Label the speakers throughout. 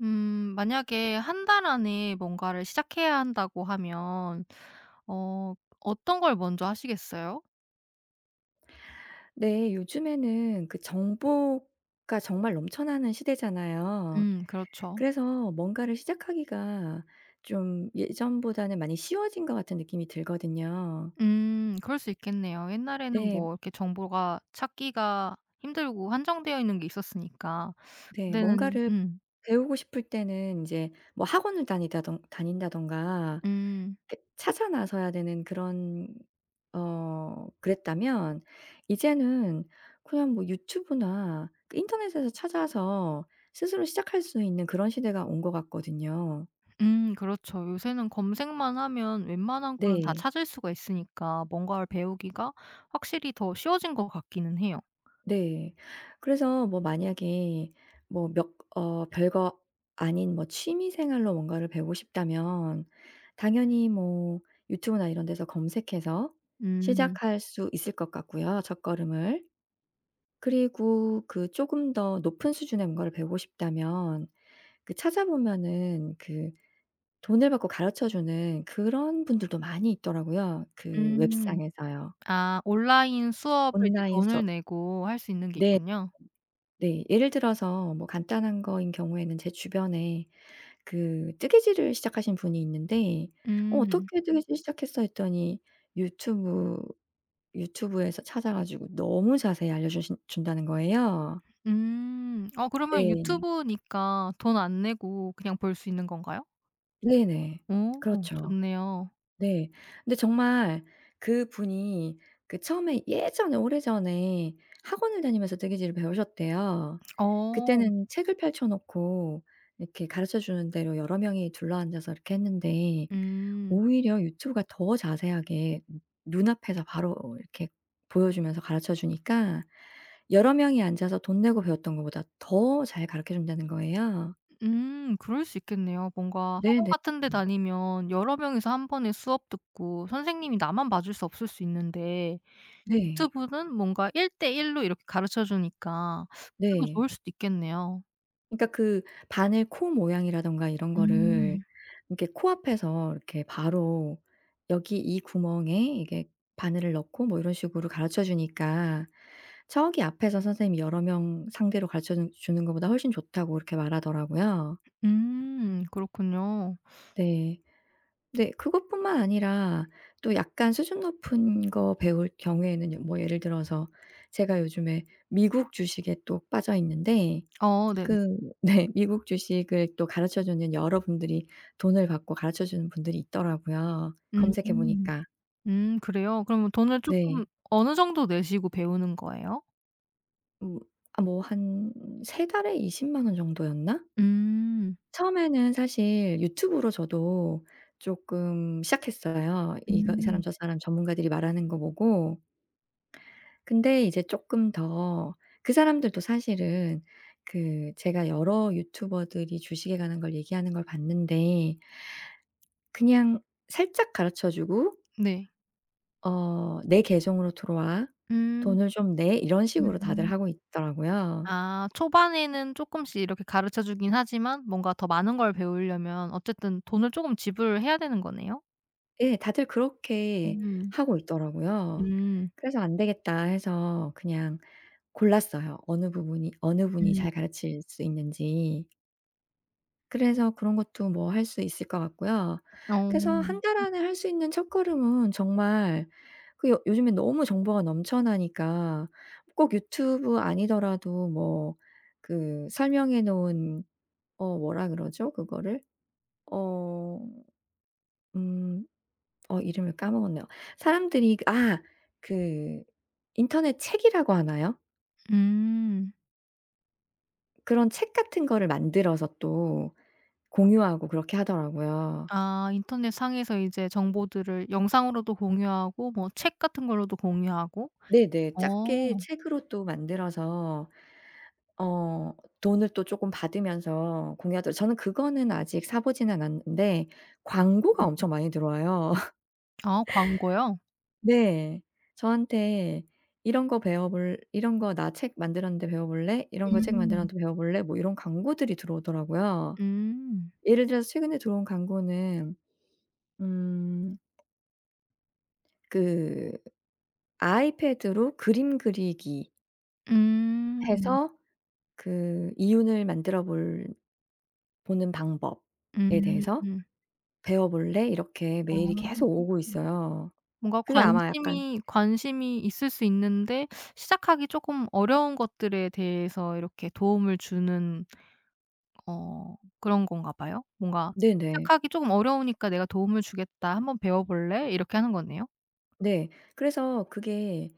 Speaker 1: 만약에 한 달 안에 뭔가를 시작해야 한다고 하면 어 어떤 걸 먼저 하시겠어요?
Speaker 2: 네. 요즘에는 그 정보가 정말 넘쳐나는 시대잖아요.
Speaker 1: 그렇죠.
Speaker 2: 그래서 뭔가를 시작하기가 좀 예전보다는 많이 쉬워진 것 같은 느낌이 들거든요.
Speaker 1: 그럴 수 있겠네요. 옛날에는
Speaker 2: 네.
Speaker 1: 뭐 이렇게 정보가 찾기가 힘들고 한정되어 있는 게 있었으니까.
Speaker 2: 네.
Speaker 1: 그때는
Speaker 2: 뭔가를 배우고 싶을 때는 이제 뭐 학원을 다니다던다닌다던가
Speaker 1: 음.
Speaker 2: 그 찾아 나서야 되는 그런 그랬다면 이제는 그냥 뭐 유튜브나 그 인터넷에서 찾아서 스스로 시작할 수 있는 그런 시대가 온 것 같거든요.
Speaker 1: 그렇죠. 요새는 검색만 하면 웬만한 거는 다
Speaker 2: 네.
Speaker 1: 찾을 수가 있으니까 뭔가를 배우기가 확실히 더 쉬워진 것 같기는 해요.
Speaker 2: 네. 그래서 뭐 만약에 뭐 몇 어 별거 아닌 뭐 취미 생활로 뭔가를 배우고 싶다면 당연히 뭐 유튜브나 이런 데서 검색해서
Speaker 1: 음.
Speaker 2: 시작할 수 있을 것 같고요, 첫걸음을. 그리고 그 조금 더 높은 수준의 뭔가를 배우고 싶다면 그 찾아보면은 그 돈을 받고 가르쳐 주는 그런 분들도 많이 있더라고요, 그
Speaker 1: 음.
Speaker 2: 웹상에서요.
Speaker 1: 아 온라인 수업을 이제
Speaker 2: 온라인
Speaker 1: 돈을
Speaker 2: 수업.
Speaker 1: 내고 할 수 있는 게
Speaker 2: 네.
Speaker 1: 있군요.
Speaker 2: 네. 예를 들어서 뭐 간단한 거인 경우에는 제 주변에 그 뜨개질을 시작하신 분이 있는데 "어
Speaker 1: 음.
Speaker 2: 어떻게 뜨개질 시작했어?" 했더니 유튜브 유튜브에서 찾아 가지고 너무 자세히 알려 주신 준다는 거예요.
Speaker 1: 음. 어 그러면
Speaker 2: 네.
Speaker 1: 유튜브니까 돈 안 내고 그냥 볼 수 있는 건가요?
Speaker 2: 네네.
Speaker 1: 오,
Speaker 2: 그렇죠.
Speaker 1: 좋네요.
Speaker 2: 네. 근데 정말 그분이 그 처음에 예전에 오래전에 학원을 다니면서 뜨개질을 배우셨대요.
Speaker 1: 어.
Speaker 2: 그때는 책을 펼쳐 놓고 이렇게 가르쳐 주는 대로 여러 명이 둘러앉아서 이렇게 했는데
Speaker 1: 음.
Speaker 2: 오히려 유튜브가 더 자세하게 눈 눈앞에서 바로 이렇게 보여주면서 가르쳐 주니까 여러 명이 앉아서 돈 내고 배웠던 것보다 더 잘 가르쳐 준다는 거예요.
Speaker 1: 그럴 수 있겠네요. 뭔가 학원
Speaker 2: 네네.
Speaker 1: 같은 데 다니면 여러 명이서 한 번에 수업 듣고 선생님이 나만 봐줄 수 없을 수 있는데
Speaker 2: 네.
Speaker 1: 유튜브는 뭔가 1대1로 이렇게 가르쳐 주니까 그게 더
Speaker 2: 네.
Speaker 1: 좋을 수도 있겠네요.
Speaker 2: 그러니까 그 바늘 코 모양이라든가 이런 거를
Speaker 1: 음.
Speaker 2: 이렇게 코앞에서 이렇게 바로 여기 이 구멍에 이게 바늘을 넣고 뭐 이런 식으로 가르쳐 주니까 저기 앞에서 선생님이 여러 명 상대로 주는 것보다 훨씬 좋다고 그렇게 말하더라고요.
Speaker 1: 그렇군요.
Speaker 2: 네. 네 그것뿐만 아니라 또 약간 수준 높은 거 배울 경우에는 뭐 예를 들어서 제가 요즘에 미국 주식에 또 빠져 있는데
Speaker 1: 어 네네.
Speaker 2: 그 네. 미국 주식을 또 가르쳐 주는 여러분들이 돈을 받고 가르쳐 주는 분들이 있더라고요, 검색해
Speaker 1: 음.
Speaker 2: 보니까.
Speaker 1: 그래요? 그러면 돈을 쪼끔
Speaker 2: 네.
Speaker 1: 어느 정도 내시고 배우는 거예요?
Speaker 2: 음 아 뭐 한 세 달에 20만 원 정도였나?
Speaker 1: 음.
Speaker 2: 처음에는 사실 유튜브로 저도 쪼끔 시작했어요. 이거 이 사람
Speaker 1: 음.
Speaker 2: 저 사람 전문가들이 말하는 거 보고. 근데 이제 쪼끔 더 그 사람들도 사실은 그 제가 여러 유튜버들이 주식에 관한 걸 얘기하는 걸 봤는데 그냥 살짝 가르쳐 주고
Speaker 1: 네.
Speaker 2: 어 "내 계정으로 들어와.
Speaker 1: 음.
Speaker 2: 돈을 좀 내." 이런 식으로 다들
Speaker 1: 음
Speaker 2: 하고 있더라고요.
Speaker 1: 아 초반에는 쪼끔씩 이렇게 가르쳐 주긴 하지만 뭔가 더 많은 걸 배우려면 어쨌든 돈을 쪼금 지불을 해야 되는 거네요?
Speaker 2: 예. 다들 그렇게
Speaker 1: 음.
Speaker 2: 하고 있더라고요.
Speaker 1: 음.
Speaker 2: 그래서 '안 되겠다.' 해서 그냥 골랐어요. 어느 부분이 어느 분이
Speaker 1: 음.
Speaker 2: 잘 가르칠 수 있는지. 그래서 그런 것도 뭐 할 수 있을 것 같고요.
Speaker 1: 어.
Speaker 2: 그래서 한 달 안에 할 수 있는 첫걸음은 정말 그 요 요즘에 너무 정보가 넘쳐나니까 꼭 유튜브 아니더라도 뭐 그 설명해 놓은 어 뭐라 그러죠 그거를? 어 음 이름을 까먹었네요. 사람들이 아 그 인터넷 책이라고 하나요?
Speaker 1: 음.
Speaker 2: 그런 책 같은 거를 만들어서 또 공유하고 그렇게 하더라고요.
Speaker 1: 아 인터넷 상에서 이제 정보들을 영상으로도 공유하고 뭐 책 같은 걸로도 공유하고.
Speaker 2: 네네. 작게
Speaker 1: 어.
Speaker 2: 책으로 또 만들어서 어 돈을 또 조금 받으면서 공유하더 라 저는 그거는 아직 사 보지는 않았는데 광고가 엄청 많이 들어와요.
Speaker 1: 아 광고요?
Speaker 2: 네. 저한테 " 이런 거 나 책 만들었는데 배워볼래? 이런 거 책
Speaker 1: 음.
Speaker 2: 만들었는데 배워볼래?" 뭐 이런 광고들이 들어오더라고요.
Speaker 1: 음.
Speaker 2: 예를 들어서 최근에 들어온 광고는 음 그 아이패드로 그림 그리기
Speaker 1: 음.
Speaker 2: 해서 그 이윤을 만들어 볼 보는 방법에
Speaker 1: 음.
Speaker 2: 대해서 "배워볼래?" 이렇게 메일이
Speaker 1: 아.
Speaker 2: 계속 오고 있어요.
Speaker 1: 뭔가
Speaker 2: 그게 아마 약간
Speaker 1: 관심이 있을 수 있는데 시작하기 쪼끔 어려운 것들에 대해서 이렇게 도움을 주는 어 그런 건가 봐요? 뭔가
Speaker 2: 네네.
Speaker 1: 시작하기 쪼금 어려우니까 "내가 도움을 주겠다. 한번 배워 볼래?" 이렇게 하는 거네요?
Speaker 2: 네. 그래서 그게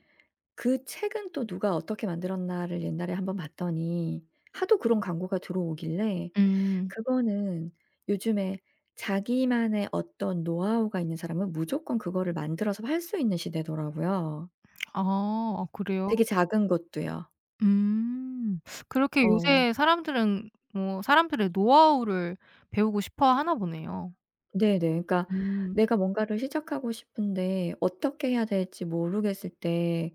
Speaker 2: 그 책은 또 누가 어떻게 만들었나를 옛날에 한번 봤더니 하도 그런 광고가 들어오길래
Speaker 1: 음.
Speaker 2: 그거는 요즘에 자기만의 어떤 노하우가 있는 사람은 무조건 그거를 만들어서 팔 수 있는 시대더라고요.
Speaker 1: 아, 그래요?
Speaker 2: 되게 작은 것도요.
Speaker 1: 음. 그렇게
Speaker 2: 어.
Speaker 1: 요새 사람들은 뭐 사람들의 노하우를 배우고 싶어 하나 보네요.
Speaker 2: 네네. 그러니까
Speaker 1: 음.
Speaker 2: 내가 뭔가를 시작하고 싶은데 어떻게 해야 될지 모르겠을 때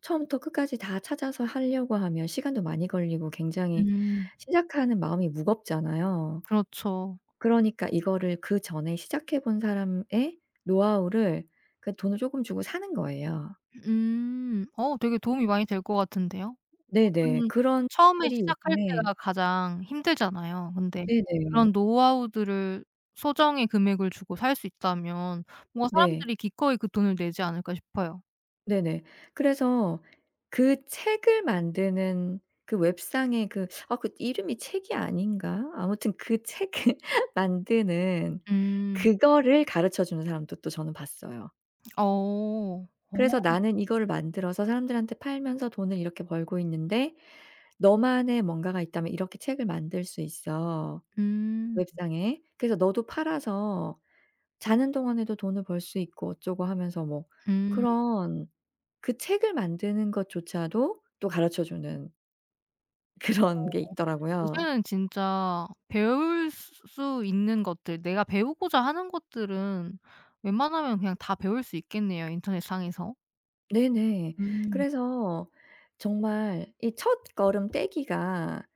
Speaker 2: 처음부터 끝까지 다 찾아서 하려고 하면 시간도 많이 걸리고 굉장히
Speaker 1: 음.
Speaker 2: 시작하는 마음이 무겁잖아요.
Speaker 1: 그렇죠.
Speaker 2: 그러니까 이거를 그전에 시작해 본 사람의 노하우를 그 돈을 쪼금 주고 사는 거예요.
Speaker 1: 음. 어 되게 도움이 많이 될 것 같은데요.
Speaker 2: 네네.
Speaker 1: 보통
Speaker 2: 그런
Speaker 1: 처음에
Speaker 2: 들이
Speaker 1: 시작할
Speaker 2: 요즘에
Speaker 1: 때가 가장 힘들잖아요. 근데
Speaker 2: 네네.
Speaker 1: 그런 노하우들을 소정의 금액을 주고 살 수 있다면 뭔가
Speaker 2: 네.
Speaker 1: 사람들이 기꺼이 그 돈을 내지 않을까 싶어요.
Speaker 2: 네네. 그래서 그 책을 만드는 그 웹상의 그 아 그 이름이 책이 아닌가? 아무튼 그 책을 만드는
Speaker 1: 음.
Speaker 2: 그거를 가르쳐 주는 사람도 또 저는 봤어요.
Speaker 1: 어.
Speaker 2: 그래서
Speaker 1: 어.
Speaker 2: 나는 이거를 만들어서 사람들한테 팔면서 돈을 이렇게 벌고 있는데 너만의 뭔가가 있다면 이렇게 책을 만들 수 있어
Speaker 1: 음.
Speaker 2: 웹상에. 그래서 너도 팔아서 자는 동안에도 돈을 벌 수 있고 어쩌고 하면서 뭐
Speaker 1: 음.
Speaker 2: 그런 그 책을 만드는 것조차도 또 가르쳐 주는 그런 게 있더라고요.
Speaker 1: 요새는 진짜 배울 수 있는 것들 내가 배우고자 하는 것들은 웬만하면 그냥 다 배울 수 있겠네요, 인터넷상에서.
Speaker 2: 네네.
Speaker 1: 음.
Speaker 2: 그래서 정말 이 첫걸음 떼기가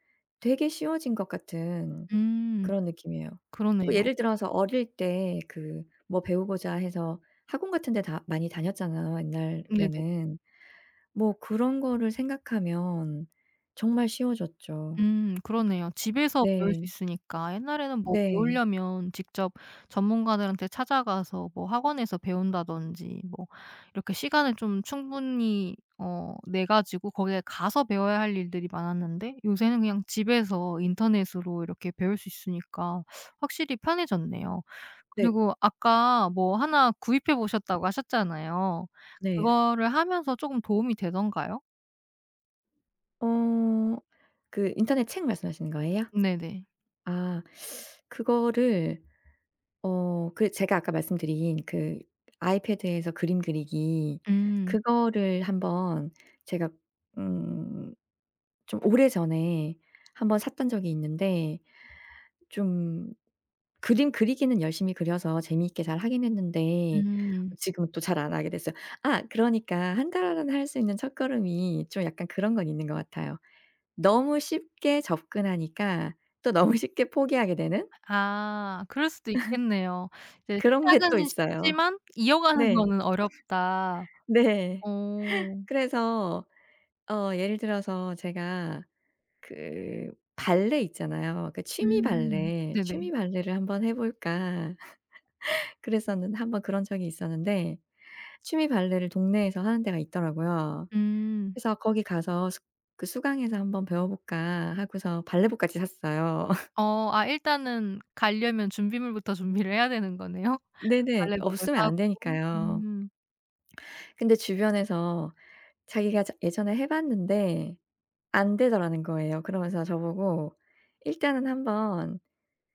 Speaker 2: 되게 쉬워진 것 같은
Speaker 1: 음
Speaker 2: 그런 느낌이에요. 그
Speaker 1: 그러네요.
Speaker 2: 예를 들어서 어릴 때 그 뭐 배우고자 해서 학원 같은 데 다 많이 다녔잖아요
Speaker 1: 네네.
Speaker 2: 옛날에는. 뭐 그런 거를 생각하면 정말 쉬워졌죠.
Speaker 1: 그러네요. 집에서 배울 수
Speaker 2: 네.
Speaker 1: 있으니까 옛날에는 뭐
Speaker 2: 네.
Speaker 1: 배우려면 직접 전문가들한테 찾아가서 뭐 학원에서 배운다든지 뭐 이렇게 시간을 좀 충분히 어 내 가지고 거기에 가서 배워야 할 일들이 많았는데 요새는 그냥 집에서 인터넷으로 이렇게 배울 수 있으니까 확실히 편해졌네요.
Speaker 2: 네.
Speaker 1: 그리고 아까 뭐 하나 구입해 보셨다고 하셨잖아요.
Speaker 2: 네.
Speaker 1: 그거를 하면서 쪼금 도움이 되던가요?
Speaker 2: 어 그 인터넷 책 말씀하시는 거예요?
Speaker 1: 네네.
Speaker 2: 아 그거를 그 제가 아까 말씀드린 그 아이패드에서 그림 그리기
Speaker 1: 음.
Speaker 2: 그거를 한번 제가 음 좀 오래전에 한번 샀던 적이 있는데 좀 그림 그리기는 열심히 그려서 재미있게 잘 하긴 했는데
Speaker 1: 음.
Speaker 2: 지금은 또 잘 안 하게 됐어요. 아 그러니까 한 달 안에 할 수 있는 첫걸음이 좀 약간 그런 건 있는 것 같아요. 너무 쉽게 접근하니까 또 너무 쉽게 포기하게 되는
Speaker 1: 아 그럴 수도 있겠네요. 이제
Speaker 2: 그런 게
Speaker 1: 시작은
Speaker 2: 또 있어요.
Speaker 1: 쉽지만 이어가는
Speaker 2: 네.
Speaker 1: 거는 어렵다.
Speaker 2: 네.
Speaker 1: 어.
Speaker 2: 그래서 예를 들어서 제가 그 발레 있잖아요. 그 취미
Speaker 1: 음.
Speaker 2: 발레,
Speaker 1: 네네.
Speaker 2: '취미 발레를 한번 해 볼까.' 그랬었는데 한 번 그런 적이 있었는데 취미 발레를 동네에서 하는 데가 있더라고요.
Speaker 1: 음.
Speaker 2: 그래서 거기 가서 수 그 수강해서 한번 배워볼까.' 하고서 발레복까지 샀어요.
Speaker 1: 어 아 일단은 가려면 준비물부터 준비를 해야 되는 거네요.
Speaker 2: 네네.
Speaker 1: 발레복을
Speaker 2: 없으면 안
Speaker 1: 사고.
Speaker 2: 되니까요.
Speaker 1: 음.
Speaker 2: 근데 주변에서 자기가 자 예전에 해 봤는데 안 되더라는 거예요. 그러면서 저보고 "일단은 한번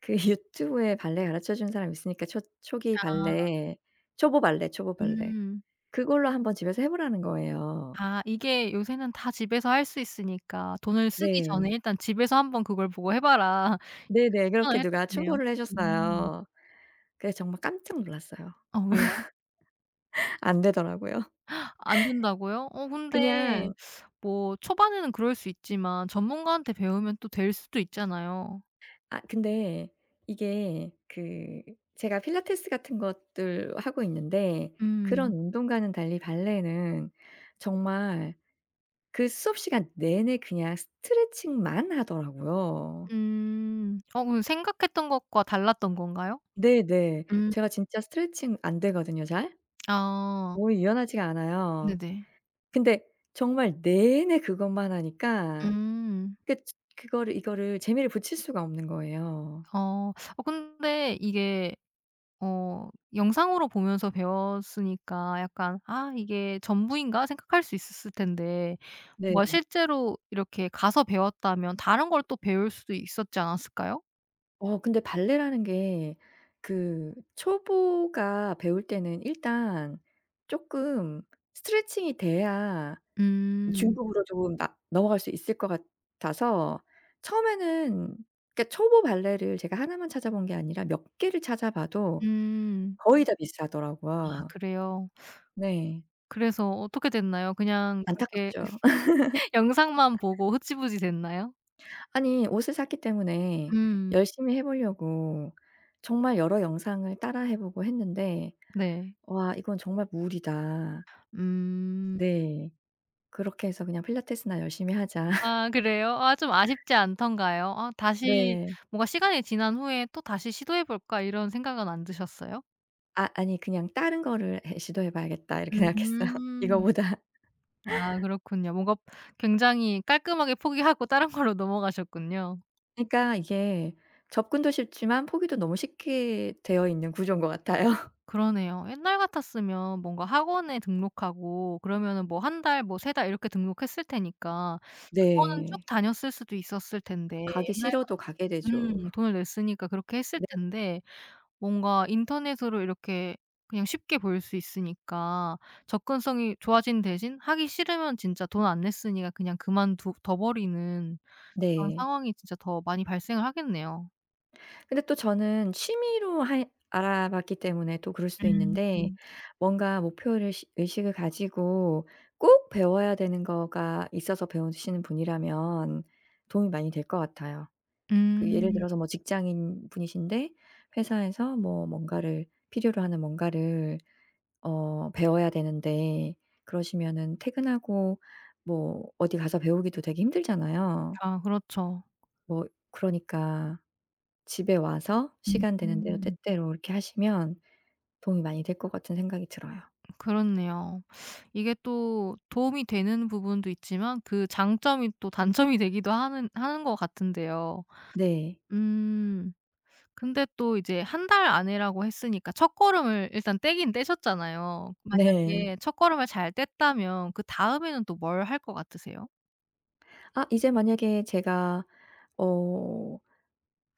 Speaker 2: 그 유튜브에 발레 가르쳐 주는 사람 있으니까 초 초기
Speaker 1: 아.
Speaker 2: 발레 초보 발레, 초보 발레.
Speaker 1: 음.
Speaker 2: 그걸로 한번 집에서 해 보라는 거예요."
Speaker 1: 아 이게 요새는 다 집에서 할 수 있으니까 돈을 쓰기
Speaker 2: 네.
Speaker 1: 전에 일단 "집에서 한번 그걸 보고 해 봐라." 이렇게
Speaker 2: 네네.
Speaker 1: 추천을
Speaker 2: 그렇게
Speaker 1: 해
Speaker 2: 누가
Speaker 1: 주시네요.
Speaker 2: 충고를 해
Speaker 1: 음.
Speaker 2: 줬어요. 그래서 정말 깜짝 놀랐어요.
Speaker 1: 어 왜요?
Speaker 2: 안 되더라고요.
Speaker 1: 안 된다고요? 어 근데
Speaker 2: 그냥
Speaker 1: 뭐 초반에는 그럴 수 있지만 전문가한테 배우면 또 될 수도 있잖아요.
Speaker 2: 아 근데 이게 그 제가 필라테스 같은 것들 하고 있는데
Speaker 1: 음.
Speaker 2: 그런 운동과는 달리 발레는 정말 그 수업 시간 내내 그냥 스트레칭만 하더라고요.
Speaker 1: 음. 어 그럼 생각했던 것과 달랐던 건가요?
Speaker 2: 네네.
Speaker 1: 음.
Speaker 2: 제가 진짜 스트레칭 안 되거든요 잘.
Speaker 1: 아.
Speaker 2: 몸이 유연하지가 않아요.
Speaker 1: 네네.
Speaker 2: 근데 정말 내내 그것만 하니까
Speaker 1: 음.
Speaker 2: 그 그거를 이거를 재미를 붙일 수가 없는 거예요.
Speaker 1: 어. 어 근데 이게 어 영상으로 보면서 배웠으니까 약간 '아 이게 전부인가?' 생각할 수 있었을 텐데
Speaker 2: 네.
Speaker 1: 뭔가 실제로 이렇게 가서 배웠다면 다른 걸 또 배울 수도 있었지 않았을까요?
Speaker 2: 어 근데 발레라는 게 그 초보가 배울 때는 일단 쪼끔 스트레칭이 돼야 중
Speaker 1: 음.
Speaker 2: 급으로 조금 나 넘어갈 수 있을 것 같아서 처음에는 그러니까 초보 발레를 제가 하나만 찾아본 게 아니라 몇 개를 찾아봐도
Speaker 1: 음.
Speaker 2: 거의 다
Speaker 1: 아
Speaker 2: 비슷하더라고요.
Speaker 1: 그래요?
Speaker 2: 네.
Speaker 1: 그래서 어떻게 됐나요? 그냥 그렇게
Speaker 2: 안타깝죠.
Speaker 1: 영상만 보고 흐지부지 됐나요?
Speaker 2: 아니 옷을 샀기 때문에
Speaker 1: 음.
Speaker 2: 열심히 해 보려고 정말 여러 영상을 따라 해 보고 했는데
Speaker 1: 네.
Speaker 2: '와 이건 정말 무리다.'
Speaker 1: 음.
Speaker 2: 네. 그렇게 해서 '그냥 필라테스나 열심히 하자.'
Speaker 1: 아 그래요? 아 좀 아쉽지 않던가요? 아 다시
Speaker 2: 네.
Speaker 1: 뭔가 시간이 지난 후에 '또 다시 시도해 볼까.' 이런 생각은 안 드셨어요?
Speaker 2: 아 아니 그냥 '다른 거를 해 시도해 봐야겠다.' 이렇게 생각했어요
Speaker 1: 음.
Speaker 2: 이거보다.
Speaker 1: 아 그렇군요. 뭔가 굉장히 깔끔하게 포기하고 다른 걸로 넘어가셨군요.
Speaker 2: 그러니까 이게 접근도 쉽지만 포기도 너무 쉽게 되어 있는 구조인 것 같아요.
Speaker 1: 그러네요. 옛날 같았으면 뭔가 학원에 등록하고 그러면은 뭐 한 달 뭐 세 달 이렇게 등록했을 테니까 그거는 쭉
Speaker 2: 네.
Speaker 1: 다녔을 수도 있었을 텐데
Speaker 2: 가기
Speaker 1: 옛날
Speaker 2: 싫어도 가게 되죠.
Speaker 1: 같았으면 돈을 냈으니까 그렇게 했을
Speaker 2: 네.
Speaker 1: 텐데 뭔가 인터넷으로 이렇게 그냥 쉽게 볼 수 있으니까 접근성이 좋아진 대신 하기 싫으면 진짜 돈 안 냈으니까 그냥 그만두 둬 버리는 그런
Speaker 2: 네.
Speaker 1: 상황이 진짜 더 많이 발생을 하겠네요.
Speaker 2: 근데 또 저는 취미로 하 알아봤기 때문에 또 그럴 수도 있는데
Speaker 1: 음.
Speaker 2: 뭔가 목표를 시 의식을 가지고 꼭 배워야 되는 거가 있어서 배우시는 분이라면 도움이 많이 될 것 같아요. 그 예를
Speaker 1: 음.
Speaker 2: 들어서 뭐 직장인 분이신데 회사에서 뭐 뭔가를 필요로 하는 뭔가를 배워야 되는데 그러시면은 퇴근하고 뭐 어디 가서 배우기도 되게 힘들잖아요.
Speaker 1: 아 그렇죠.
Speaker 2: 뭐 그러니까 집에 와서 시간 되는 대로
Speaker 1: 음.
Speaker 2: 때때로 이렇게 하시면 도움이 많이 될 것 같은 생각이 들어요.
Speaker 1: 그렇네요. 이게 또 도움이 되는 부분도 있지만 그 장점이 또 단점이 되기도 하는 것 같은데요.
Speaker 2: 네.
Speaker 1: 음. 근데 또 이제 한 달 안에라고 했으니까 첫걸음을 일단 떼긴 떼셨잖아요. 만약에
Speaker 2: 네.
Speaker 1: 첫걸음을 잘 뗐다면 그다음에는 또 뭘 할 것 같으세요?
Speaker 2: 아 이제 만약에 제가 어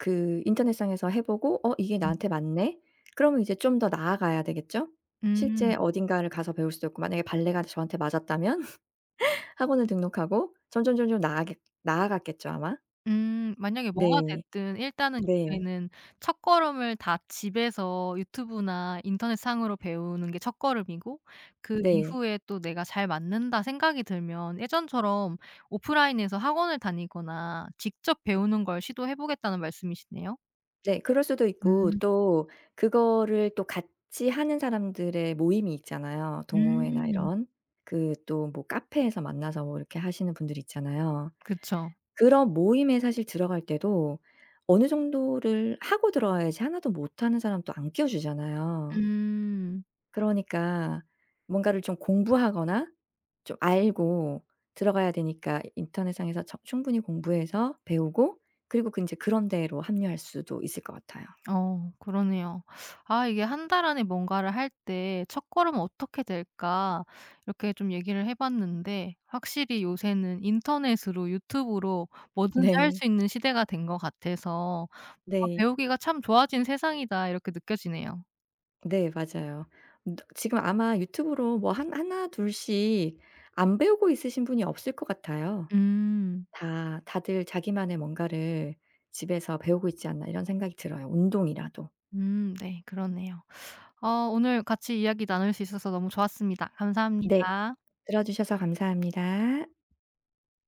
Speaker 2: 그 인터넷상에서 해 보고 '어 이게
Speaker 1: 음.
Speaker 2: 나한테 맞네.' 그러면 이제 좀 더 나아가야 되겠죠?
Speaker 1: 음.
Speaker 2: 실제 어딘가를 가서 배울 수도 있고 만약에 발레가 저한테 맞았다면 학원을 등록하고 점점점점 나아겠 나아갔겠죠 아마?
Speaker 1: 만약에 뭐가
Speaker 2: 네.
Speaker 1: 됐든 일단은
Speaker 2: 네.
Speaker 1: 요새는 첫걸음을 다 집에서 유튜브나 인터넷상으로 배우는 게 첫걸음이고 그
Speaker 2: 네.
Speaker 1: 이후에 또 내가 '잘 맞는다.' 생각이 들면 예전처럼 오프라인에서 학원을 다니거나 직접 배우는 걸 시도해 보겠다는 말씀이시네요?
Speaker 2: 네. 그럴 수도 있고
Speaker 1: 음.
Speaker 2: 또 그거를 또 같이 하는 사람들의 모임이 있잖아요.
Speaker 1: 음.
Speaker 2: 동호회나
Speaker 1: 음.
Speaker 2: 이런. 그 또 뭐 카페에서 만나서 뭐 이렇게 하시는 분들 있잖아요.
Speaker 1: 그쵸.
Speaker 2: 그런 모임에 사실 들어갈 때도 어느 정도를 하고 들어와야지 하나도 못하는 사람 또 안 끼워 주잖아요.
Speaker 1: 음.
Speaker 2: 그러니까 뭔가를 좀 공부하거나 좀 알고 들어가야 되니까 인터넷상에서 저 충분히 공부해서 배우고 그리고 그 인제 그런 데로 합류할 수도 있을 것 같아요.
Speaker 1: 어 그러네요. 아 이게 한 달 안에 뭔가를 할 때 첫걸어떻게 될까?' 이렇게 좀 얘기를 해 봤는데 확실히 요새는 인터넷으로 유튜브로 뭐든지 할
Speaker 2: 네.
Speaker 1: 수 있는 시대가 된 것 같아서 '아
Speaker 2: 네.
Speaker 1: 배우기가 참 좋아진 세상이다.' 이렇게 느껴지네요.
Speaker 2: 네 맞아요. 더 지금 아마 유튜브로 뭐 한 하나 둘씩 안 배우고 있으신 분이 없을 것 같아요.
Speaker 1: 음.
Speaker 2: 다 다들 자기만의 뭔가를 집에서 배우고 있지 않나 이런 생각이 들어요 운동이라도.
Speaker 1: 네 그러네요. 어 오늘 같이 이야기 나눌 수 있어서 너무 좋았습니다.
Speaker 2: 네.
Speaker 1: 감사합니다.
Speaker 2: 들어 주셔서 감사합니다.